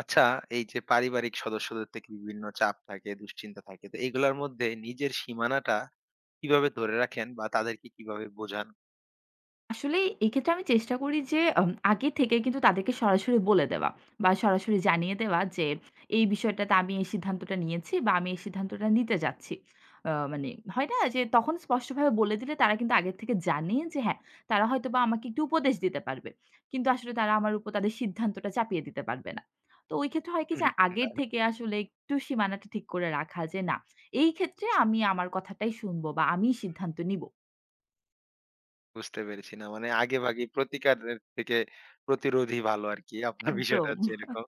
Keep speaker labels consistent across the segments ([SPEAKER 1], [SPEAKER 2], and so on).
[SPEAKER 1] আচ্ছা, এই যে পারিবারিক সদস্যদের থেকে বিভিন্ন চাপ থাকে, দুশ্চিন্তা থাকে। তো এগুলার মধ্যে নিজের সীমানাটা কিভাবে ধরে রাখেন বা তাদেরকে কিভাবে বোঝান?
[SPEAKER 2] আসলে এক্ষেত্রে আমি চেষ্টা করি যে আগে থেকে কিন্তু তাদেরকে সরাসরি বলে দেওয়া বা সরাসরি জানিয়ে দেওয়া যে, "এই বিষয়টাতে আমি এই সিদ্ধান্তটা নিয়েছি বা আমি এই সিদ্ধান্তটা নিতে যাচ্ছি।" মানে হয় না যে তখন স্পষ্টভাবে বলে দিলে তারা কিন্তু আগের থেকে জানে যে হ্যাঁ, তারা হয়তোবা আমাকে একটু উপদেশ দিতে পারবে। কিন্তু আসলে তারা আমার উপর তাদের সিদ্ধান্তটা চাপিয়ে দিতে পারবে না। তো ওই ক্ষেত্রে হয় কি যে
[SPEAKER 1] তা
[SPEAKER 2] আগের থেকে আসলে একটু সীমানাটা ঠিক করে রাখা যে না, এই ক্ষেত্রে আমি আমার কথাটাই শুনবো বা আমিই সিদ্ধান্ত নিবো।
[SPEAKER 1] বুঝতে পেরেছি না। মানে আগেভাগেই প্রতিকারের থেকে প্রতিরোধই ভালো আরকি। আপনার বিষয়টা
[SPEAKER 2] একদম।
[SPEAKER 1] হচ্ছে এরকম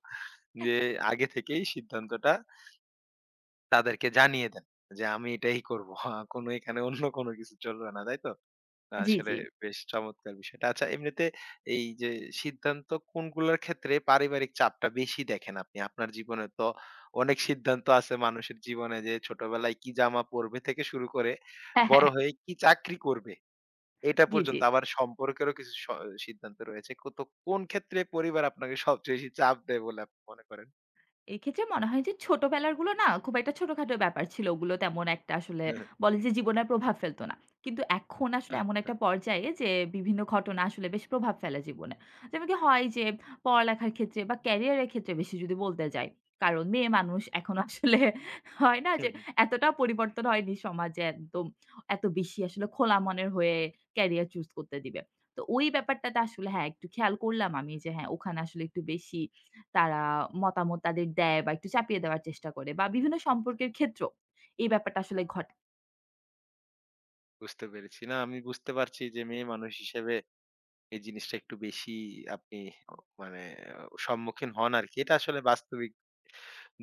[SPEAKER 1] যে আগে থেকেই সিদ্ধান্তটা তাদেরকে জানিয়ে দেন যে, "আমি এটাই করব। কোনো এখানে অন্য কোনো কিছু চলবে না।" তাই তো? না,
[SPEAKER 2] জি,
[SPEAKER 1] আসলে
[SPEAKER 2] জি।
[SPEAKER 1] বেশ চমৎকার বিষয়টা। আচ্ছা এমনিতে এই যে সিদ্ধান্ত কোনগুলোর ক্ষেত্রে পারিবারিক চাপটা বেশি দেখেন আপনি? আপনার জীবনে তো অনেক সিদ্ধান্ত আছে মানুষের জীবনে যে ছোটবেলায় কি জামা পরবে থেকে শুরু করে
[SPEAKER 2] হ্যাঁ,
[SPEAKER 1] বড়
[SPEAKER 2] হ্যাঁ।
[SPEAKER 1] হয়ে কি চাকরি করবে এটা
[SPEAKER 2] জি, জি।
[SPEAKER 1] পর্যন্ত আবার সম্পর্কেরও কিছু সিদ্ধান্ত রয়েছে। কো তো কোন ক্ষেত্রে পরিবার আপনাকে সবচেয়ে বেশি চাপ দেয় বলে আপনি মনে করেন?
[SPEAKER 2] এক্ষেত্রে মনে হয় যে ছোটবেলার গুলো না খুব একটা ছোটখাটো ব্যাপার ছিল। ওগুলো তেমন একটা আসলে বলে যে জীবনে প্রভাব ফেলতো না। কিন্তু এখন আসলে এমন
[SPEAKER 1] আচ্ছা।
[SPEAKER 2] একটা পর্যায়ে যে বিভিন্ন ঘটনা আসলে বেশ প্রভাব ফেলে জীবনে। যেমন কি হয় যে পড়ালেখার ক্ষেত্রে বা ক্যারিয়ারের ক্ষেত্রে বেশি যদি বলতে যাই। কারণ মেয়ে মানুষ এখন আসলে হয় না
[SPEAKER 1] হুম,
[SPEAKER 2] যে
[SPEAKER 1] হুম।
[SPEAKER 2] এতটা পরিবর্তন হয়নি সমাজে একদম এত বেশি আসলে খোলা মনের হয়ে ক্যারিয়ার চুজ করতে দিবে। তো ওই ব্যাপারটাতে আসলে হ্যাঁ, একটু খেয়াল করলাম আমি যে হ্যাঁ, ওখানে আসলে একটু বেশি তারা মতামত তাদের দেয় বা একটু চাপিয়ে দেওয়ার চেষ্টা করে বা বিভিন্ন সম্পর্কের ক্ষেত্রেও এই ব্যাপারটা আসলে ঘটে।
[SPEAKER 1] বুঝতে পেরেছি। না আমি বুঝতে পারছি যে মেয়ে মানুষ হিসেবে এই জিনিসটা একটু বেশি আপনি অ মানে সম্মুখীন হন আরকি। এটা আসলে বাস্তবিক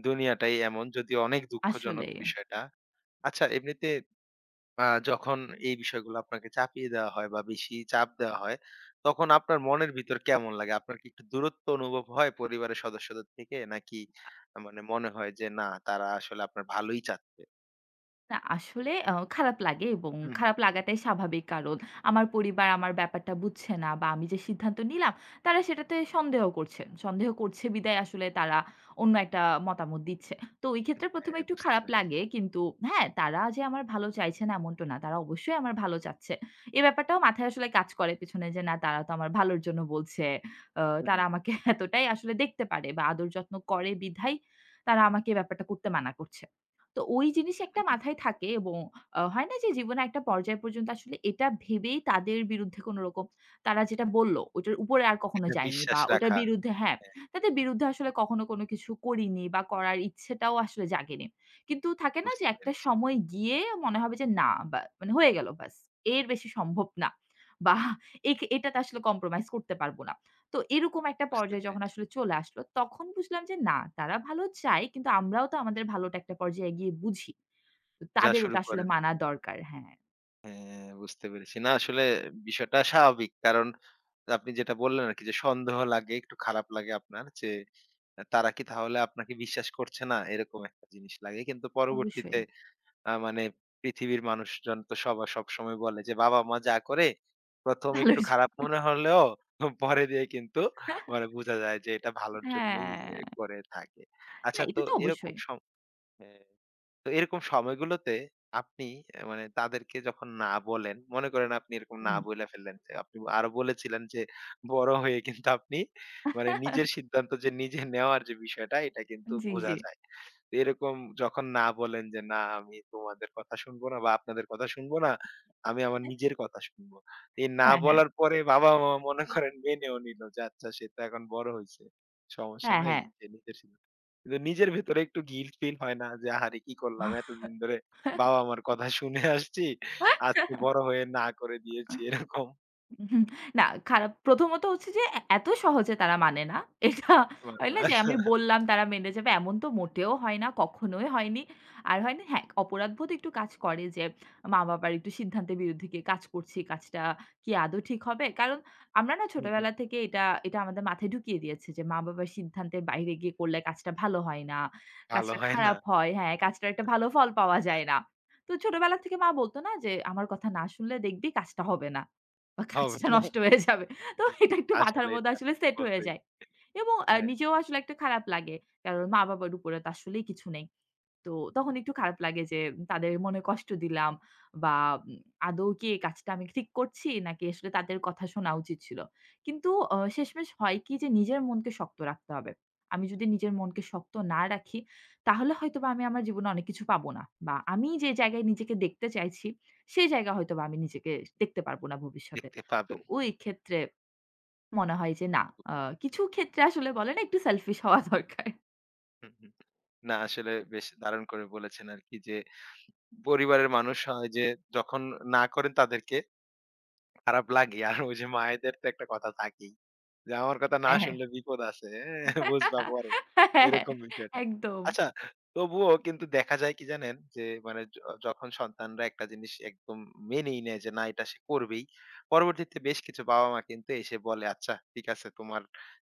[SPEAKER 1] দুনিয়াটাই এমন যদিও অনেক দুঃখজনক
[SPEAKER 2] আসলে।
[SPEAKER 1] বিষয়টা। আচ্ছা এমনিতে আ যখন এই বিষয়গুলো আপনাকে চাপিয়ে দেওয়া হয় বা বেশি চাপ দেওয়া হয়, তখন আপনার মনের ভিতর কেমন লাগে? আপনার কি একটু দূরত্ব অনুভব হয় পরিবারের সদস্যদের থেকে? নাকি মানে মনে হয় যে না তারা আসলে আপনার ভালোই চাচ্ছে?
[SPEAKER 2] না আসলে খারাপ লাগে এবং
[SPEAKER 1] হুম, হুম।
[SPEAKER 2] খারাপ লাগাটাই স্বাভাবিক। কারণ আমার পরিবার আমার ব্যাপারটা বুঝছে না বা আমি যে সিদ্ধান্ত নিলাম তারা সেটাতে সন্দেহ করছে। সন্দেহ করছে বিদায় আসলে তারা অন্য একটা মতামত দিচ্ছে। তো ওই ক্ষেত্রে ১ম এ
[SPEAKER 1] হ্যাঁ,
[SPEAKER 2] একটু
[SPEAKER 1] বুঝতে
[SPEAKER 2] খারাপ
[SPEAKER 1] পেরেছি।
[SPEAKER 2] লাগে। কিন্তু হ্যাঁ, তারা যে আমার ভালো চাইছে না এমনটা না। তারা অবশ্যই আমার ভালো চাচ্ছে। এ ব্যাপারটাও মাথায় আসলে কাজ করে পেছনে যে না তারা তো আমার ভালোর জন্য বলছে। আ
[SPEAKER 1] হুম,
[SPEAKER 2] তারা আমাকে এতটাই আসলে দেখতে পারে বা আদর যত্ন করে বিধায় তারা আমাকে এ ব্যাপারটা করতে মানা করছে। তো ওই জিনিস একটা
[SPEAKER 1] হুম, হুম।
[SPEAKER 2] মাথায় থাকে এবং হয় না যে জীবনে একটা পর্যায় পর্যন্ত আসলে এটা ভেবেই তাদের বিরুদ্ধে কোন রকম তারা যেটা বলল ওটার উপরে আর কখনো
[SPEAKER 1] এটা
[SPEAKER 2] যায়নি
[SPEAKER 1] বিশ্বাস
[SPEAKER 2] বা ওটার
[SPEAKER 1] রাখা।
[SPEAKER 2] বিরুদ্ধে হ্যাঁ,
[SPEAKER 1] হ্যাঁ,
[SPEAKER 2] তাদের বিরুদ্ধে আসলে কখনো কোনো কিছু করিনি বা করার ইচ্ছেটাও আসলে জাগেনি। কিন্তু থাকে না যে
[SPEAKER 1] বুঝতে
[SPEAKER 2] একটা
[SPEAKER 1] পেরেছি,
[SPEAKER 2] সময় গিয়ে মনে হবে যে না বা মানে হয়ে গেল ব্যাস। এর বেশি সম্ভব না বা একে এটাতে আসলে কম্প্রোমাইজ করতে পারব না। তো এরকম একটা
[SPEAKER 1] বুঝতে
[SPEAKER 2] পর্যায়ে যখন
[SPEAKER 1] পেরেছি।
[SPEAKER 2] আসলে চলে আসলো, তখন বুঝলাম যে না, তারা ভালো চায় কিন্তু আমরাও তো আমাদের ভালোটা একটা পর্যায়ে গিয়ে বুঝি। তো
[SPEAKER 1] যা
[SPEAKER 2] তাদের
[SPEAKER 1] শুরু
[SPEAKER 2] ওটা আসলে
[SPEAKER 1] করেন।
[SPEAKER 2] মানা দরকার। হ্যাঁ,
[SPEAKER 1] হ্যাঁ, বুঝতে পেরেছি। না আসলে বিষয়টা স্বাভাবিক। কারণ আপনি যেটা বললেন আরকি যে সন্দেহ লাগে, একটু খারাপ লাগে আপনার যে তারা কি তাহলে আপনাকে বিশ্বাস করছে না? এরকম একটা জিনিস লাগে। কিন্তু
[SPEAKER 2] অবশ্যই।
[SPEAKER 1] পরবর্তীতে মানে পৃথিবীর মানুষজন তো সবসময় বলে যে বাবা-মা যা করে ১ম একটু
[SPEAKER 2] ভালোর জ
[SPEAKER 1] খারাপ মনে হলেও পরে দিয়ে কিন্তু মানে বোঝা যায় যে এটা ভালোর জন্যই এ
[SPEAKER 2] হ্যাঁ।
[SPEAKER 1] করে থাকে।
[SPEAKER 2] না
[SPEAKER 1] আচ্ছা তো
[SPEAKER 2] এটা তো
[SPEAKER 1] এরকম
[SPEAKER 2] অবশ্যই।
[SPEAKER 1] হ্যাঁ। তো এরকম সময়গুলোতে আপনি মানে তাদেরকে যখন না বলেন, মনে করেন আপনি এরকম না
[SPEAKER 2] হুম।
[SPEAKER 1] বইলা ফেললেন। যে আপনি আরো বলেছিলেন যে বড় হয়ে কিন্তু আপনি মানে নিজের সিদ্ধান্ত যে নিজে নেওয়ার যে বিষয়টা এটা কিন্তু
[SPEAKER 2] জি,
[SPEAKER 1] বোঝা
[SPEAKER 2] জি।
[SPEAKER 1] যায়। তো এরকম যখন না বলেন যে না আমি তোমাদের কথা শুনবো না বা আপনাদের কথা শুনবো না, আমি আমার নিজের কথা শুনবো। এই না
[SPEAKER 2] হ্যাঁ, হ্যাঁ।
[SPEAKER 1] বলার পরে বাবা-মা মনে করেন মেনেও নিল যে আচ্ছা সে তো এখন বড় হইছে। সমস্যা নাই।
[SPEAKER 2] হ্যাঁ,
[SPEAKER 1] সে নিজের সিদ্ধান্ত কিন্তু নিজের ভেতরে একটু গিল্ট ফিল হয় না যে আহারে কি করলাম
[SPEAKER 2] হ্যাঁ।
[SPEAKER 1] এতদিন ধরে বাবা মার কথা শুনে আসছি আজকে বড় হয়ে না করে দিয়েছি এরকম
[SPEAKER 2] হুম, না খারাপ প্রথমত হচ্ছে যে এত সহজে তারা মানে না। এটা
[SPEAKER 1] মানে
[SPEAKER 2] হয়
[SPEAKER 1] না
[SPEAKER 2] না যে আমি বললাম তারা মেনে যাবে এমন তো মোটেও হয় না, কখনোই হয়নি। আর হয় না হ্যাঁ, অপরাধবোধ একটু কাজ করে যে মা-বাবার একটু সিদ্ধান্তের বিরুদ্ধে গিয়ে কাজ করছি, কাজটা কি আদৌ ঠিক হবে? কারণ আমরা না
[SPEAKER 1] হুম, হুম,
[SPEAKER 2] ছোটবেলা থেকে এটা আমাদের মাথায় ঢুকিয়ে দিয়েছে যে মা-বাবার সিদ্ধান্তের বাইরে গিয়ে করলে কাজটা ভালো হয় না,
[SPEAKER 1] ভালো
[SPEAKER 2] কাজটা
[SPEAKER 1] হয় না
[SPEAKER 2] খারাপ হয়, হ্যাঁ, কাজটার একটা ভালো ফল পাওয়া যায় না। তো ছোটবেলা থেকে মা বলত না যে আমার কথা না শুনলে দেখবি কাজটা হবে না। বা
[SPEAKER 1] হবে
[SPEAKER 2] কাজটা
[SPEAKER 1] না
[SPEAKER 2] নষ্ট হয়ে যাবে। তো
[SPEAKER 1] জি,
[SPEAKER 2] এটা
[SPEAKER 1] জি,
[SPEAKER 2] একটু মাথার
[SPEAKER 1] আসলে
[SPEAKER 2] মধ্যে
[SPEAKER 1] এটা
[SPEAKER 2] আসলে সেট হয়ে
[SPEAKER 1] বলতেই
[SPEAKER 2] যায়। এবং
[SPEAKER 1] হ্যাঁ
[SPEAKER 2] নিজেও আসলে একটা খারাপ লাগে। কারণ মা-বাবার উপরে তো আসলেই কিছু নেই। তো তখন একটু খারাপ লাগে যে তাদের মনে কষ্ট দিলাম বা উম আদৌ কি এই কাজটা আমি ঠিক করছি নাকি আসলে তাদের কথা শোনা উচিত ছিল। কিন্তু শেষমেশ হয় কি যে নিজের মনকে শক্ত রাখতে হবে। আমি যদি নিজের মনকে শক্ত না রাখি তাহলে হয়তোবা আমি আমার জীবনে অনেক কিছু পাবো না। বা আমি যে জায়গায় নিজেকে দেখতে চাইছি সেই জায়গা হয়তোবা আমি নিজেকে দেখতে পারবো না ভবিষ্যতে।
[SPEAKER 1] দেখতে
[SPEAKER 2] তো
[SPEAKER 1] পাবেন
[SPEAKER 2] ওই ক্ষেত্রে মনে হয় যে না আ কিছু ক্ষেত্রে আসলে বলে না একটু সেলফিশ হওয়া দরকার।
[SPEAKER 1] হুম, হুম। না আসলে বেশ দারুণ করে বলেছেন আর কি যে পরিবারের মানুষ হয় যে যখন না করেন তাদেরকে খারাপ লাগে। আর ওই যে মায়েদের তো একটা কথা থাকেই। যে আমার কথা না
[SPEAKER 2] হ্যাঁ, হ্যাঁ।
[SPEAKER 1] শুনলে বিপদ আছে। হ্যাঁ, বুঝবা পরে।
[SPEAKER 2] হ্যাঁ, হ্যাঁ, হ্যাঁ,
[SPEAKER 1] এরকম বিষয়টা।
[SPEAKER 2] একদম।
[SPEAKER 1] আচ্ছা তবুও কিন্তু দেখা যায় কি জানেন? যে মানে যখন সন্তানরা একটা জিনিস একদম মেনেই নেয় যে না এটা সে করবেই। পরবর্তীতে বেশ কিছু বাবা-মা কিন্তু এসে বলে, "আচ্ছা ঠিক আছে তোমার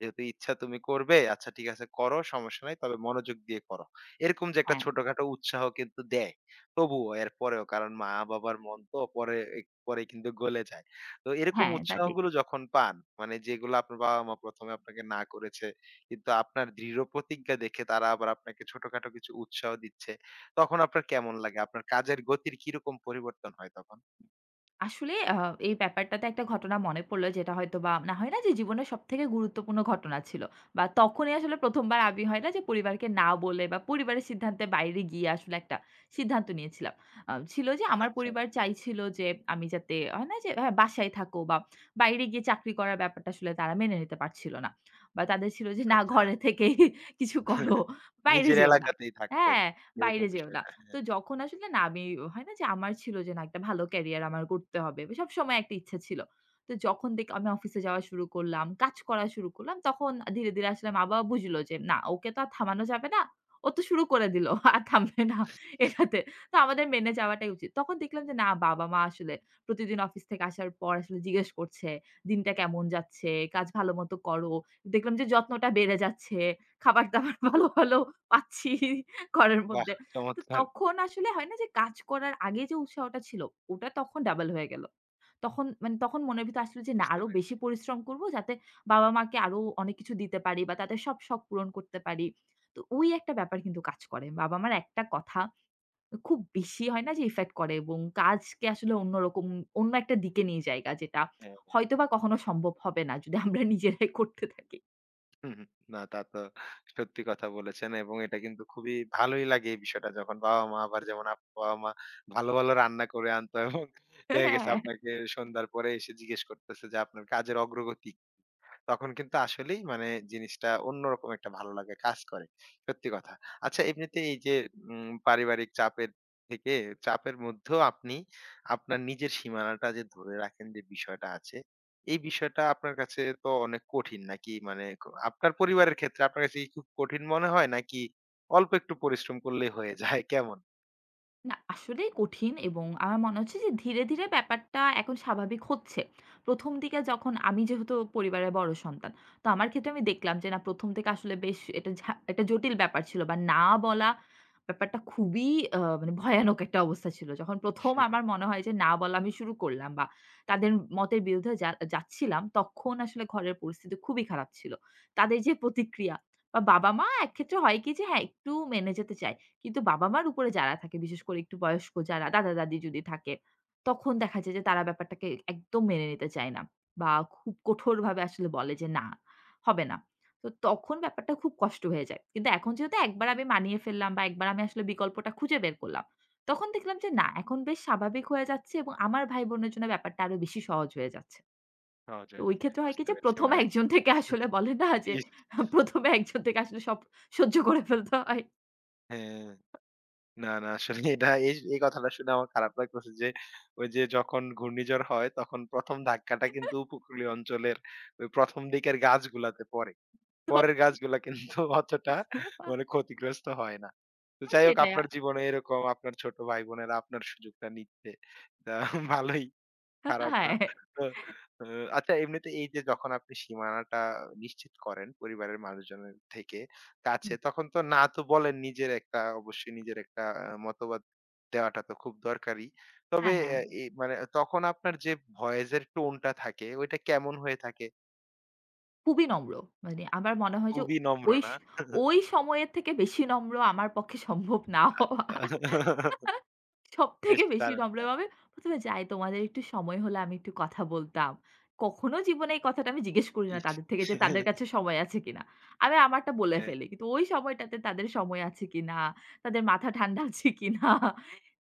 [SPEAKER 1] যেহেতু ইচ্ছা তুমি করবে, আচ্ছা ঠিক আছে করো সমস্যা নাই। তবে মনোযোগ দিয়ে করো।" এরকম যে একটা
[SPEAKER 2] হ্যাঁ,
[SPEAKER 1] ছোটখাটো উৎসাহ কিন্তু দেয়। তবুও এরপরেও কারণ মা-বাবার মন তো পরে পরে কিন্তু গলে যায়। তো এরকম
[SPEAKER 2] হ্যাঁ, তা ঠিক।
[SPEAKER 1] উৎসাহগুলো যখন পান, মানে যেগুলো আপনার বাবা-মা ১ম এ আপনাকে না করেছে, কিন্তু আপনার দৃঢ় প্রতিজ্ঞা দেখে তারা আবার আপনাকে ছোটখাটো কিছু উৎসাহ দিচ্ছে, তখন আপনার কেমন লাগে? আপনার কাজের গতির কিরকম পরিবর্তন হয় তখন?
[SPEAKER 2] আসলে এই ব্যাপারটাতে একটা ঘটনা মনে পড়ল যেটা হয়তোবা না হয় না যে জীবনের সবথেকে গুরুত্বপূর্ণ ঘটনা ছিল। বা তখনই আসলে ১ম বার আমি হয় না যে পরিবারকে না বলে বা পরিবারের সিদ্ধান্তের বাইরে গিয়ে আসলে একটা সিদ্ধান্ত নিয়েছিলাম। ছিল যে আমার
[SPEAKER 1] আচ্ছা,
[SPEAKER 2] পরিবার চাইছিল যে আমি যাতে হয় না যে হ্যাঁ, বাসায় থাকো বা বাইরে গিয়ে চাকরি করার ব্যাপারটা আসলে তারা মেনে নিতে পারছিল না। বা তাদের ছিল যে না
[SPEAKER 1] আচ্ছা।
[SPEAKER 2] ঘরে থেকেই কিছু করো, বাইরে
[SPEAKER 1] নিজের
[SPEAKER 2] যেও না।
[SPEAKER 1] এলাকাতেই থাকতে,
[SPEAKER 2] হ্যাঁ,
[SPEAKER 1] এরকম
[SPEAKER 2] বাইরে যেও না।
[SPEAKER 1] বিষয়টা।
[SPEAKER 2] তো
[SPEAKER 1] হ্যাঁ,
[SPEAKER 2] যখন আসলে না আমি হয় না যে আমার ছিল যে না একটা ভালো ক্যারিয়ার আমার করতে হবে। সবসময় একটা ইচ্ছা ছিল। তো যখন দেখি আমি অফিসে যাওয়া শুরু করলাম, কাজ করা শুরু করলাম তখন ধীরে আসলে মা-বাবা বুঝলো যে না ওকে তো আর থামানো যাবে না। ও তো শুরু করে দিল। আর থামবে না এটাতে। তো আমাদের মেনে যাওয়াটাই উচিত। তখন দেখলাম যে না বাবা-মা আসলে প্রতিদিন অফিস থেকে আসার পর আসলে জিজ্ঞেস করছে, "দিনটা কেমন যাচ্ছে? কাজ ভালো মতো করো।" দেখলাম যে যত্নটা বেড়ে যাচ্ছে। খাবার-দাবার ভালো, ভালো পাচ্ছি ঘরের
[SPEAKER 1] বাহ!
[SPEAKER 2] মধ্যে। তো
[SPEAKER 1] চমৎকার!
[SPEAKER 2] তখন আসলে হয় না যে কাজ করার আগে যে উৎসাহটা ছিল, ওটা তখন ডাবল হয়ে গেল। তখন মনের ভিতরে আসলো যে না
[SPEAKER 1] বুঝতে
[SPEAKER 2] আরো
[SPEAKER 1] পেরেছি।
[SPEAKER 2] বেশি পরিশ্রম করব যাতে বাবা-মাকে আরো অনেক কিছু দিতে পারি বা তাদের সব শখ পূরণ করতে পারি। তো ওই একটা ব্যাপার কিন্তু কাজ করে। বাবা-মার একটা কথা খুব বেশি হয় না যে ইফেক্ট করে এবং কাজকে আসলে অন্যরকম অন্য একটা দিকে নিয়ে যায় যেটা
[SPEAKER 1] হ্যাঁ।
[SPEAKER 2] হয়তোবা কখনো সম্ভব হবে না যদি আমরা নিজেরাই করতে থাকি।
[SPEAKER 1] হুম, হুম। না তা তো সত্যি কথা বলেছেন এবং এটা কিন্তু খুবই ভালোই লাগে এই বিষয়টা যখন বাবা-মা আবার যেমন আপনার বাবা-মা ভালো রান্না করে আনতো এবং দেখা গেছে
[SPEAKER 2] হ্যাঁ।
[SPEAKER 1] আপনাকে সন্ধ্যার পরে এসে জিজ্ঞেস করতেছে যে আপনার কাজের অগ্রগতি তখন কিন্তু আসলেই মানে জিনিসটা অন্যরকম একটা ভালো লাগা কাজ করে। সত্যি কথা। আচ্ছা এমনিতে এই যে পারিবারিক থেকে চাপের মধ্যেও আপনি আপনার নিজের সীমানাটা যে ধরে রাখেন যে বিষয়টা আছে, এই বিষয়টা আপনার কাছে তো অনেক কঠিন নাকি? মানে আপনার পরিবারের ক্ষেত্রে আপনার কাছে কি খুব কঠিন মনে হয় নাকি অল্প একটু পরিশ্রম করলেই হয়ে যায়? কেমন?
[SPEAKER 2] না, আসলেই কঠিন এবং আমার মনে হচ্ছে যে ধীরে ব্যাপারটা এখন স্বাভাবিক হচ্ছে। ১ম দিকে যখন আমি যেহেতু পরিবারের বড় সন্তান। তো আমার ক্ষেত্রে আমি দেখলাম যে না ১ম থেকে আসলে বেশ এটা একটা জটিল ব্যাপার ছিল বা না বলা ব্যাপারটা খুবই মানে ভয়ানক একটা অবস্থা ছিল। যখন ১ম আমার মনে হয় যে না বলা আমি শুরু করলাম বা তাদের মতের বিরুদ্ধে যা যাচ্ছিলাম তখন আসলে ঘরের পরিস্থিতি খুবই খারাপ ছিল। তাদের যে প্রতিক্রিয়া বা বাবা-মা একক্ষেত্রে হয় কি যে হ্যাঁ, একটু মেনে যেতে চায়। কিন্তু বাবা-মার উপরে যারা থাকে, বিশেষ করে একটু বয়স্ক যারা দাদা-দাদি যদি থাকে, তখন দেখা যায় যে তারা ব্যাপারটাকে একদম মেনে নিতে চায় না। বা খুব কঠোরভাবে আসলে বলে যে, "না, হবে না।" তো তখন ব্যাপারটা খুব কষ্ট হয়ে যায়। কিন্তু এখন যেহেতু একবার আমি মানিয়ে ফেললাম বা একবার আমি আসলে বিকল্পটা খুঁজে বের করলাম, তখন দেখলাম যে না, এখন বেশ স্বাভাবিক হয়ে যাচ্ছে এবং আমার ভাই-বোনের জন্য ব্যাপারটা আরো বেশি সহজ হয়ে যাচ্ছে।
[SPEAKER 1] সহজ
[SPEAKER 2] তো
[SPEAKER 1] হয়ে
[SPEAKER 2] ওই
[SPEAKER 1] যাচ্ছে।
[SPEAKER 2] ক্ষেত্রে হয় কি
[SPEAKER 1] বুঝতে
[SPEAKER 2] যে
[SPEAKER 1] পেরেছি
[SPEAKER 2] ১ম এ
[SPEAKER 1] মানে
[SPEAKER 2] একজন থেকে আসলে বলে না যে
[SPEAKER 1] ইস!
[SPEAKER 2] ১ম এ একজন থেকে আসলে সব সহ্য করে ফেলতে হয়।
[SPEAKER 1] হ্যাঁ। না, না আসলে এটা এই এই কথাটা শুনে আমার খারাপ লাগতেছে যে, ওই যে যখন ঘূর্ণিঝড় হয় তখন ১ম ধাক্কাটা কিন্তু উপকূলীয় অঞ্চলের ওই ১ম দিকের গাছগুলাতে পড়ে। পরের গাছগুলা কিন্তু অতটা
[SPEAKER 2] তো
[SPEAKER 1] মানে ক্ষতিগ্রস্ত হয় না। তো যাই হোক
[SPEAKER 2] সেটাই
[SPEAKER 1] আপনার জীবনে এরকম আপনার ছোট ভাই-বোনেরা আপনার সুযোগটা নিচ্ছে। তা ভালোই। খারাপ না।
[SPEAKER 2] হ্যাঁ।
[SPEAKER 1] তো আ আচ্ছা এমনিতে এই যে যখন আপনি সীমানাটা নিশ্চিত করেন পরিবারের মানুষজনের থেকে কাছে,
[SPEAKER 2] হুম।
[SPEAKER 1] তখন তো না তো বলেন নিজের একটা অবশ্যই নিজের একটা মতবাদ দেওয়াটা তো খুব দরকারি। তবে
[SPEAKER 2] হ্যাঁ, হ্যাঁ।
[SPEAKER 1] অ্যা এ মানে তখন আপনার যে ভয়েস এর টোনটা থাকে ওইটা কেমন হয়ে থাকে?
[SPEAKER 2] খুবই নম্র। মানে আমার মনে হয় যে
[SPEAKER 1] খুবই নম্র
[SPEAKER 2] ওই স
[SPEAKER 1] না?
[SPEAKER 2] ওই সময়ের থেকে বেশি নম্র আমার পক্ষে সম্ভব না হওয়া।
[SPEAKER 1] আচ্ছা। বেশ
[SPEAKER 2] সবথেকে বেশি
[SPEAKER 1] দারুণ।
[SPEAKER 2] নম্রভাবে ১ম এ যাই তোমাদের একটু সময় হলে আমি একটু কথা বলতাম। কখনো জীবনে এই কথাটা আমি জিজ্ঞেস করি না
[SPEAKER 1] ইস!
[SPEAKER 2] তাদের থেকে যে তাদের কাছে সময় আছে কিনা? আমি আমারটা বলে
[SPEAKER 1] হ্যাঁ,
[SPEAKER 2] ফেলি। কিন্তু ওই সময়টাতে তাদের সময় আছে কিনা? তাদের মাথা ঠান্ডা আছে কিনা?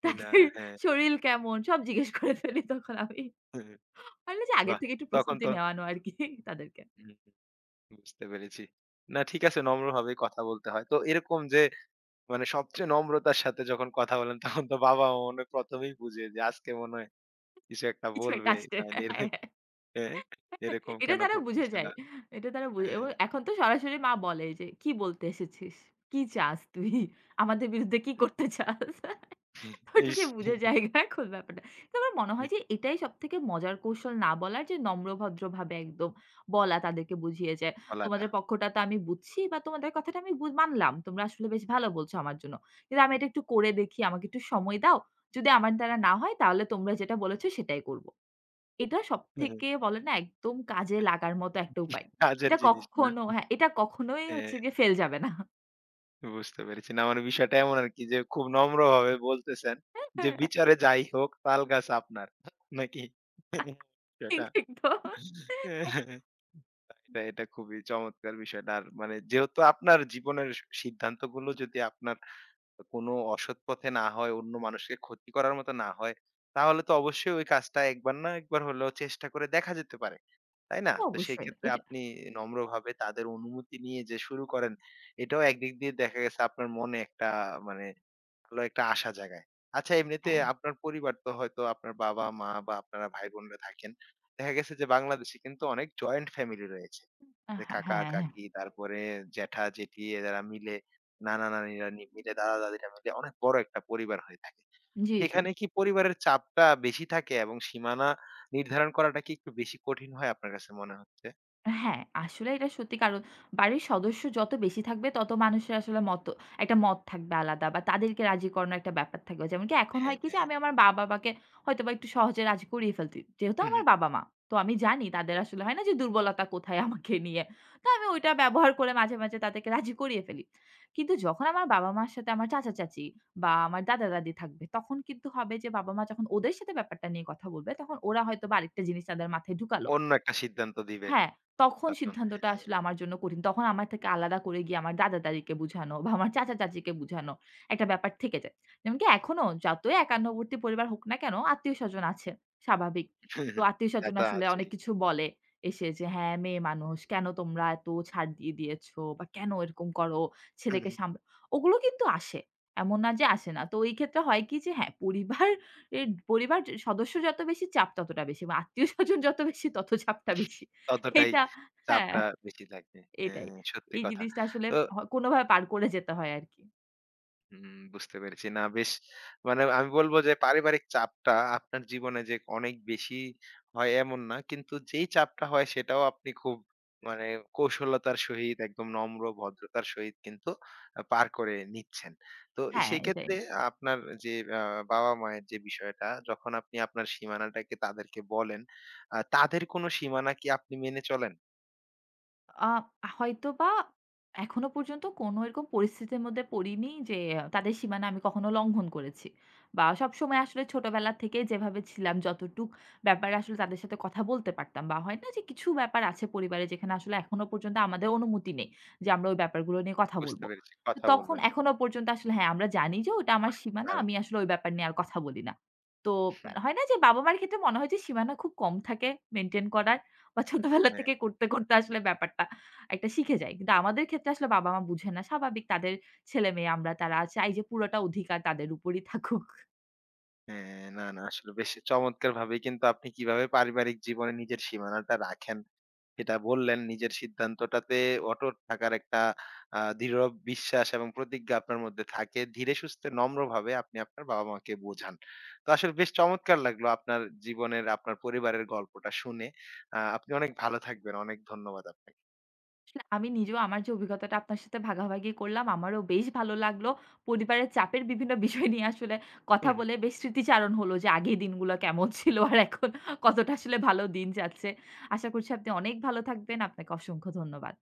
[SPEAKER 1] কিনা
[SPEAKER 2] তাদের
[SPEAKER 1] হ্যাঁ,
[SPEAKER 2] শরীর কেমন? সব জিজ্ঞেস করে ফেলি তখন আমি। আমি বলছি আগের
[SPEAKER 1] বাহ!
[SPEAKER 2] থেকে একটু
[SPEAKER 1] তখন
[SPEAKER 2] প্রস্তুতি
[SPEAKER 1] তো
[SPEAKER 2] নেওয়ানো আরকি তাদেরকে।
[SPEAKER 1] হুম। বুঝতে পেরেছি। না ঠিক আছে নম্রভাবেই কথা বলতে হয়। তো এরকম যে মানে সবচেয়ে নম্রতার সাথে যখন কথা বলেন তখন তো বাবা-মা মনে হয় ১ম এই বুঝে যে আজকে মনে হয় কিছু একটা
[SPEAKER 2] কিছু একটা
[SPEAKER 1] বলবে।
[SPEAKER 2] আসছে।
[SPEAKER 1] নাইলে এর
[SPEAKER 2] হ্যাঁ,
[SPEAKER 1] হ্যাঁ, এরকম
[SPEAKER 2] এটা
[SPEAKER 1] কেন
[SPEAKER 2] তারা বুঝে
[SPEAKER 1] করতেছে না?
[SPEAKER 2] যায়। এটা তারা বুঝে এবং
[SPEAKER 1] হ্যাঁ।
[SPEAKER 2] এখন তো সরাসরি মা বলে যে, "কি বলতে এসেছিস? কি চাস তুই? আমাদের বিরুদ্ধে কি করতে চাস?" ওটা যে
[SPEAKER 1] ইস!
[SPEAKER 2] বুঝে জায়গা এখন ব্যাপারটা। তো আমার মনে হয় যে এটাই সবথেকে মজার কৌশল না বলার যে নম্র ভদ্রভাবে একদম বলা তাদেরকে বুঝিয়ে যে,
[SPEAKER 1] বলাটা।
[SPEAKER 2] "তোমাদের পক্ষটা তো আমি বুঝছি বা তোমাদের কথাটা আমি মানলাম। তোমরা আসলে বেশ ভালো বলছো আমার জন্য। কিন্তু আমি এটা একটু করে দেখি। আমাকে একটু সময় দাও। যদি আমার দ্বারা না হয় তাহলে তোমরা যেটা বলেছ সেটাই করব।" এটা সবথেকে বলে না একদম কাজে লাগার মতো একটা উপায়।
[SPEAKER 1] কাজের
[SPEAKER 2] এটা
[SPEAKER 1] জিনিস না।
[SPEAKER 2] কখনো হ্যাঁ, এটা কখনোই
[SPEAKER 1] হ্যাঁ,
[SPEAKER 2] হচ্ছে গিয়ে ফেল যাবে না।
[SPEAKER 1] বুঝতে পেরেছি। না মানে বিষয়টা এমন আরকি যে খুব নম্রভাবে বলতেছেন যে
[SPEAKER 2] হ্যাঁ,
[SPEAKER 1] বিচারে যাই হোক তালগাছ আপনার। নাকি?
[SPEAKER 2] ঠিক,
[SPEAKER 1] বিষয়টা?
[SPEAKER 2] ঠিক তো।
[SPEAKER 1] এটা এটা খুবই চমৎকার বিষয়টা। আর মানে যেহেতু আপনার জীবনের সিদ্ধান্তগুলো যদি আপনার কোনো অসৎ পথে না হয়, অন্য মানুষকে ক্ষতি করার মতো না হয়, তাহলে তো অবশ্যই ওই কাজটা একবার না একবার হলেও চেষ্টা করে দেখা যেতে পারে। তাই না? তো সেই
[SPEAKER 2] অবশ্যই।
[SPEAKER 1] ক্ষেত্রে
[SPEAKER 2] এটা
[SPEAKER 1] আপনি নম্রভাবে তাদের অনুমতি নিয়ে যে শুরু করেন, এটাও একদিক দিয়ে দেখা গেছে আপনার মনে একটা মানে ভালো একটা আশা জাগায়। আচ্ছা এমনিতে আপনার পরিবার তো হয়তো আপনার বাবা-মা বা আপনারা ভাই-বোনরা থাকেন। দেখা গেছে যে বাংলাদেশে কিন্তু অনেক জয়েন্ট ফ্যামিলি রয়েছে।
[SPEAKER 2] হ্যাঁ,
[SPEAKER 1] যে
[SPEAKER 2] হ্যাঁ, হ্যাঁ।
[SPEAKER 1] কাকা-কাকি তারপরে জ্যাঠা-জেঠি এরা মিলে নানা-নানিরা মিলে দাদা-দাদিরা মিলে অনেক বড় একটা পরিবার হয়ে থাকে।
[SPEAKER 2] জি, জি।
[SPEAKER 1] সেখানে কি পরিবারের চাপটা বেশি থাকে এবং সীমানা নির্ধারণ করাটা কি একটু বেশি কঠিন হয় আপনার কাছে মনে হচ্ছে?
[SPEAKER 2] হ্যাঁ, আসলে এটা সত্যি কারণ বাড়ির সদস্য যত বেশি থাকবে তত মানুষের আসলে একটা মত থাকবে আলাদা বা তাদেরকে রাজি করানোর একটা ব্যাপার থাকবে। যেমন কি এখন
[SPEAKER 1] হ্যাঁ,
[SPEAKER 2] হয় কি যে আমি আমার মা-বাবাকে হয়তোবা একটু সহজে রাজি করিয়ে ফেলতি। যেহেতু
[SPEAKER 1] হু, হু।
[SPEAKER 2] আমার বাবা-মা। তো আমি জানি তাদের আসলে হয় না যে দুর্বলতা কোথায় আমাকে নিয়ে। তো আমি ওইটা ব্যবহার করে মাঝে তাদেরকে রাজি করিয়ে ফেলি। কিন্তু যখন আমার বাবা-মার সাথে আমার চাচা-চাচি বা আমার দাদা-দাদি থাকবে তখন কিন্তু হবে যে বাবা-মা যখন ওদের সাথে ব্যাপারটা নিয়ে কথা বলবে তখন ওরা হয়তোবা আরেকটা জিনিস তাদের মাথায় ঢুকালো।
[SPEAKER 1] অন্য একটা সিদ্ধান্ত দিবে
[SPEAKER 2] হ্যাঁ, তখন
[SPEAKER 1] তখন।
[SPEAKER 2] সিদ্ধান্তটা
[SPEAKER 1] হ্যাঁ,
[SPEAKER 2] আসলে আমার জন্য কঠিন। তখন আমার থেকে আলাদা করে গিয়ে আমার দাদা-দাদিকে বুঝানো বা আমার চাচা-চাচীকে বুঝানো একটা ব্যাপার থেকে যায়। যেমন কি এখনো যতই একান্নবর্তী পরিবার হোক না কেন আত্মীয়স্বজন আছে, স্বাভাবিক। তো
[SPEAKER 1] তা
[SPEAKER 2] আত্মীয়স্বজন
[SPEAKER 1] তো
[SPEAKER 2] আসলে অনেক
[SPEAKER 1] আছেই।
[SPEAKER 2] কিছু বলে এসে যে, "হ্যাঁ, মেয়ে মানুষ কেন তোমরা এত ছাড় দিয়ে দিয়েছ বা কেন এরকম করো? ছেলেকে সামলা" ওগুলো কিন্তু আসে। এমন না যে আসে না। তো এই ক্ষেত্রে হয় কি যে হ্যাঁ, পরিবার সদস্য যত বেশি চাপ ততটা বেশি। বা আত্মীয়স্বজন যত বেশি তত চাপটা বেশি।
[SPEAKER 1] ততটাই
[SPEAKER 2] এটা হ্যাঁ,
[SPEAKER 1] চাপটা বেশি থাকে। হ্যাঁ,
[SPEAKER 2] এটাই।
[SPEAKER 1] সত্যি
[SPEAKER 2] এই
[SPEAKER 1] কথা।
[SPEAKER 2] জিনিসটা আসলে
[SPEAKER 1] তো
[SPEAKER 2] কোনভাবে পার করে যেতে হয় আরকি।
[SPEAKER 1] বুঝতে পেরেছি। না বেশ মানে আমি বলব যে পারিবারিক চাপটা আপনার জীবনে যে অনেক বেশি হয় এমন না। কিন্তু যেই চাপটা হয় সেটাও আপনি খুব মানে কৌশলতার সহিত একদম নম্র ভদ্রতার সহিত কিন্তু পার করে নিচ্ছেন। তো
[SPEAKER 2] হ্যাঁ,
[SPEAKER 1] সেই
[SPEAKER 2] এটাই।
[SPEAKER 1] ক্ষেত্রে আপনার যে আ বাবা-মায়ের যে বিষয়টা যখন আপনি আপনার সীমানাটাকে তাদেরকে বলেন, তাদের কোনো সীমানা কি আপনি মেনে চলেন?
[SPEAKER 2] আ হয়তোবা এখনো পর্যন্ত কোনো এরকম পরিস্থিতির মধ্যে পড়িনি যে তাদের সীমানা আমি কখনো লঙ্ঘন করেছি। বা সবসময় আসলে ছোটবেলা থেকে যেভাবে ছিলাম যতটুক ব্যাপারে আসলে তাদের সাথে কথা বলতে পারতাম বা হয় না যে কিছু ব্যাপার আছে পরিবারে যেখানে আসলে এখনো পর্যন্ত আমাদের অনুমতি নেই যে আমরা ওই ব্যাপারগুলো নিয়ে কথা
[SPEAKER 1] বুঝতে
[SPEAKER 2] বলবো।
[SPEAKER 1] পেরেছি।
[SPEAKER 2] তো
[SPEAKER 1] কথা
[SPEAKER 2] তখন
[SPEAKER 1] বলবেন।
[SPEAKER 2] এখনো পর্যন্ত আসলে হ্যাঁ, আমরা জানি যে ওটা আমার সীমানা
[SPEAKER 1] দারুণ!
[SPEAKER 2] আমি আসলে ওই ব্যাপার নিয়ে আর কথা বলি না। তো
[SPEAKER 1] হুম,
[SPEAKER 2] হয় না যে বাবা-মার ক্ষেত্রে মনে হয় যে সীমানা খুব কম থাকে মেইনটেইন করা বা ছোটবেলা
[SPEAKER 1] হ্যাঁ,
[SPEAKER 2] থেকে করতে আসলে ব্যাপারটা একটা শিখে যাই। কিন্তু আমাদের ক্ষেত্রে আসলে বাবা-মা বুঝে না। স্বাভাবিক তাদের ছেলে-মেয়ে আমরা, তারা চাই যে পুরোটা অধিকার তাদের উপরই থাকুক।
[SPEAKER 1] হ্যাঁ। না, না আসলে বেশ চমৎকারভাবেই কিন্তু আপনি কিভাবে পারিবারিক জীবনে নিজের সীমানাটা রাখেন, সেটা বললেন। নিজের সিদ্ধান্তটাতে অটুট থাকার একটা দৃঢ় বিশ্বাস এবং প্রতিজ্ঞা আপনার মধ্যে থাকে। ধীরে সুস্থে নম্রভাবে আপনি আপনার বাবা-মাকে বোঝান। তো আসলে বেশ চমৎকার লাগলো আপনার জীবনের, আপনার পরিবারের গল্পটা শুনে। আপনি অনেক ভালো থাকবেন। অনেক ধন্যবাদ আপনাকে।
[SPEAKER 2] আসলে আমি নিজেও আমার যে অভিজ্ঞতাটা আপনার সাথে ভাগাভাগি করলাম, আমারও বেশ ভালো লাগলো। পরিবারের চাপের বিভিন্ন বিষয় নিয়ে আসলে কথা
[SPEAKER 1] হুম,
[SPEAKER 2] বলে
[SPEAKER 1] হুম।
[SPEAKER 2] বেশ স্মৃতিচারণ হলো যে আগে দিনগুলো কেমন ছিল আর এখন কতটা আসলে ভালো দিন যাচ্ছে। আশা করছি আপনি অনেক ভালো থাকবেন। আপনাকে অসংখ্য ধন্যবাদ।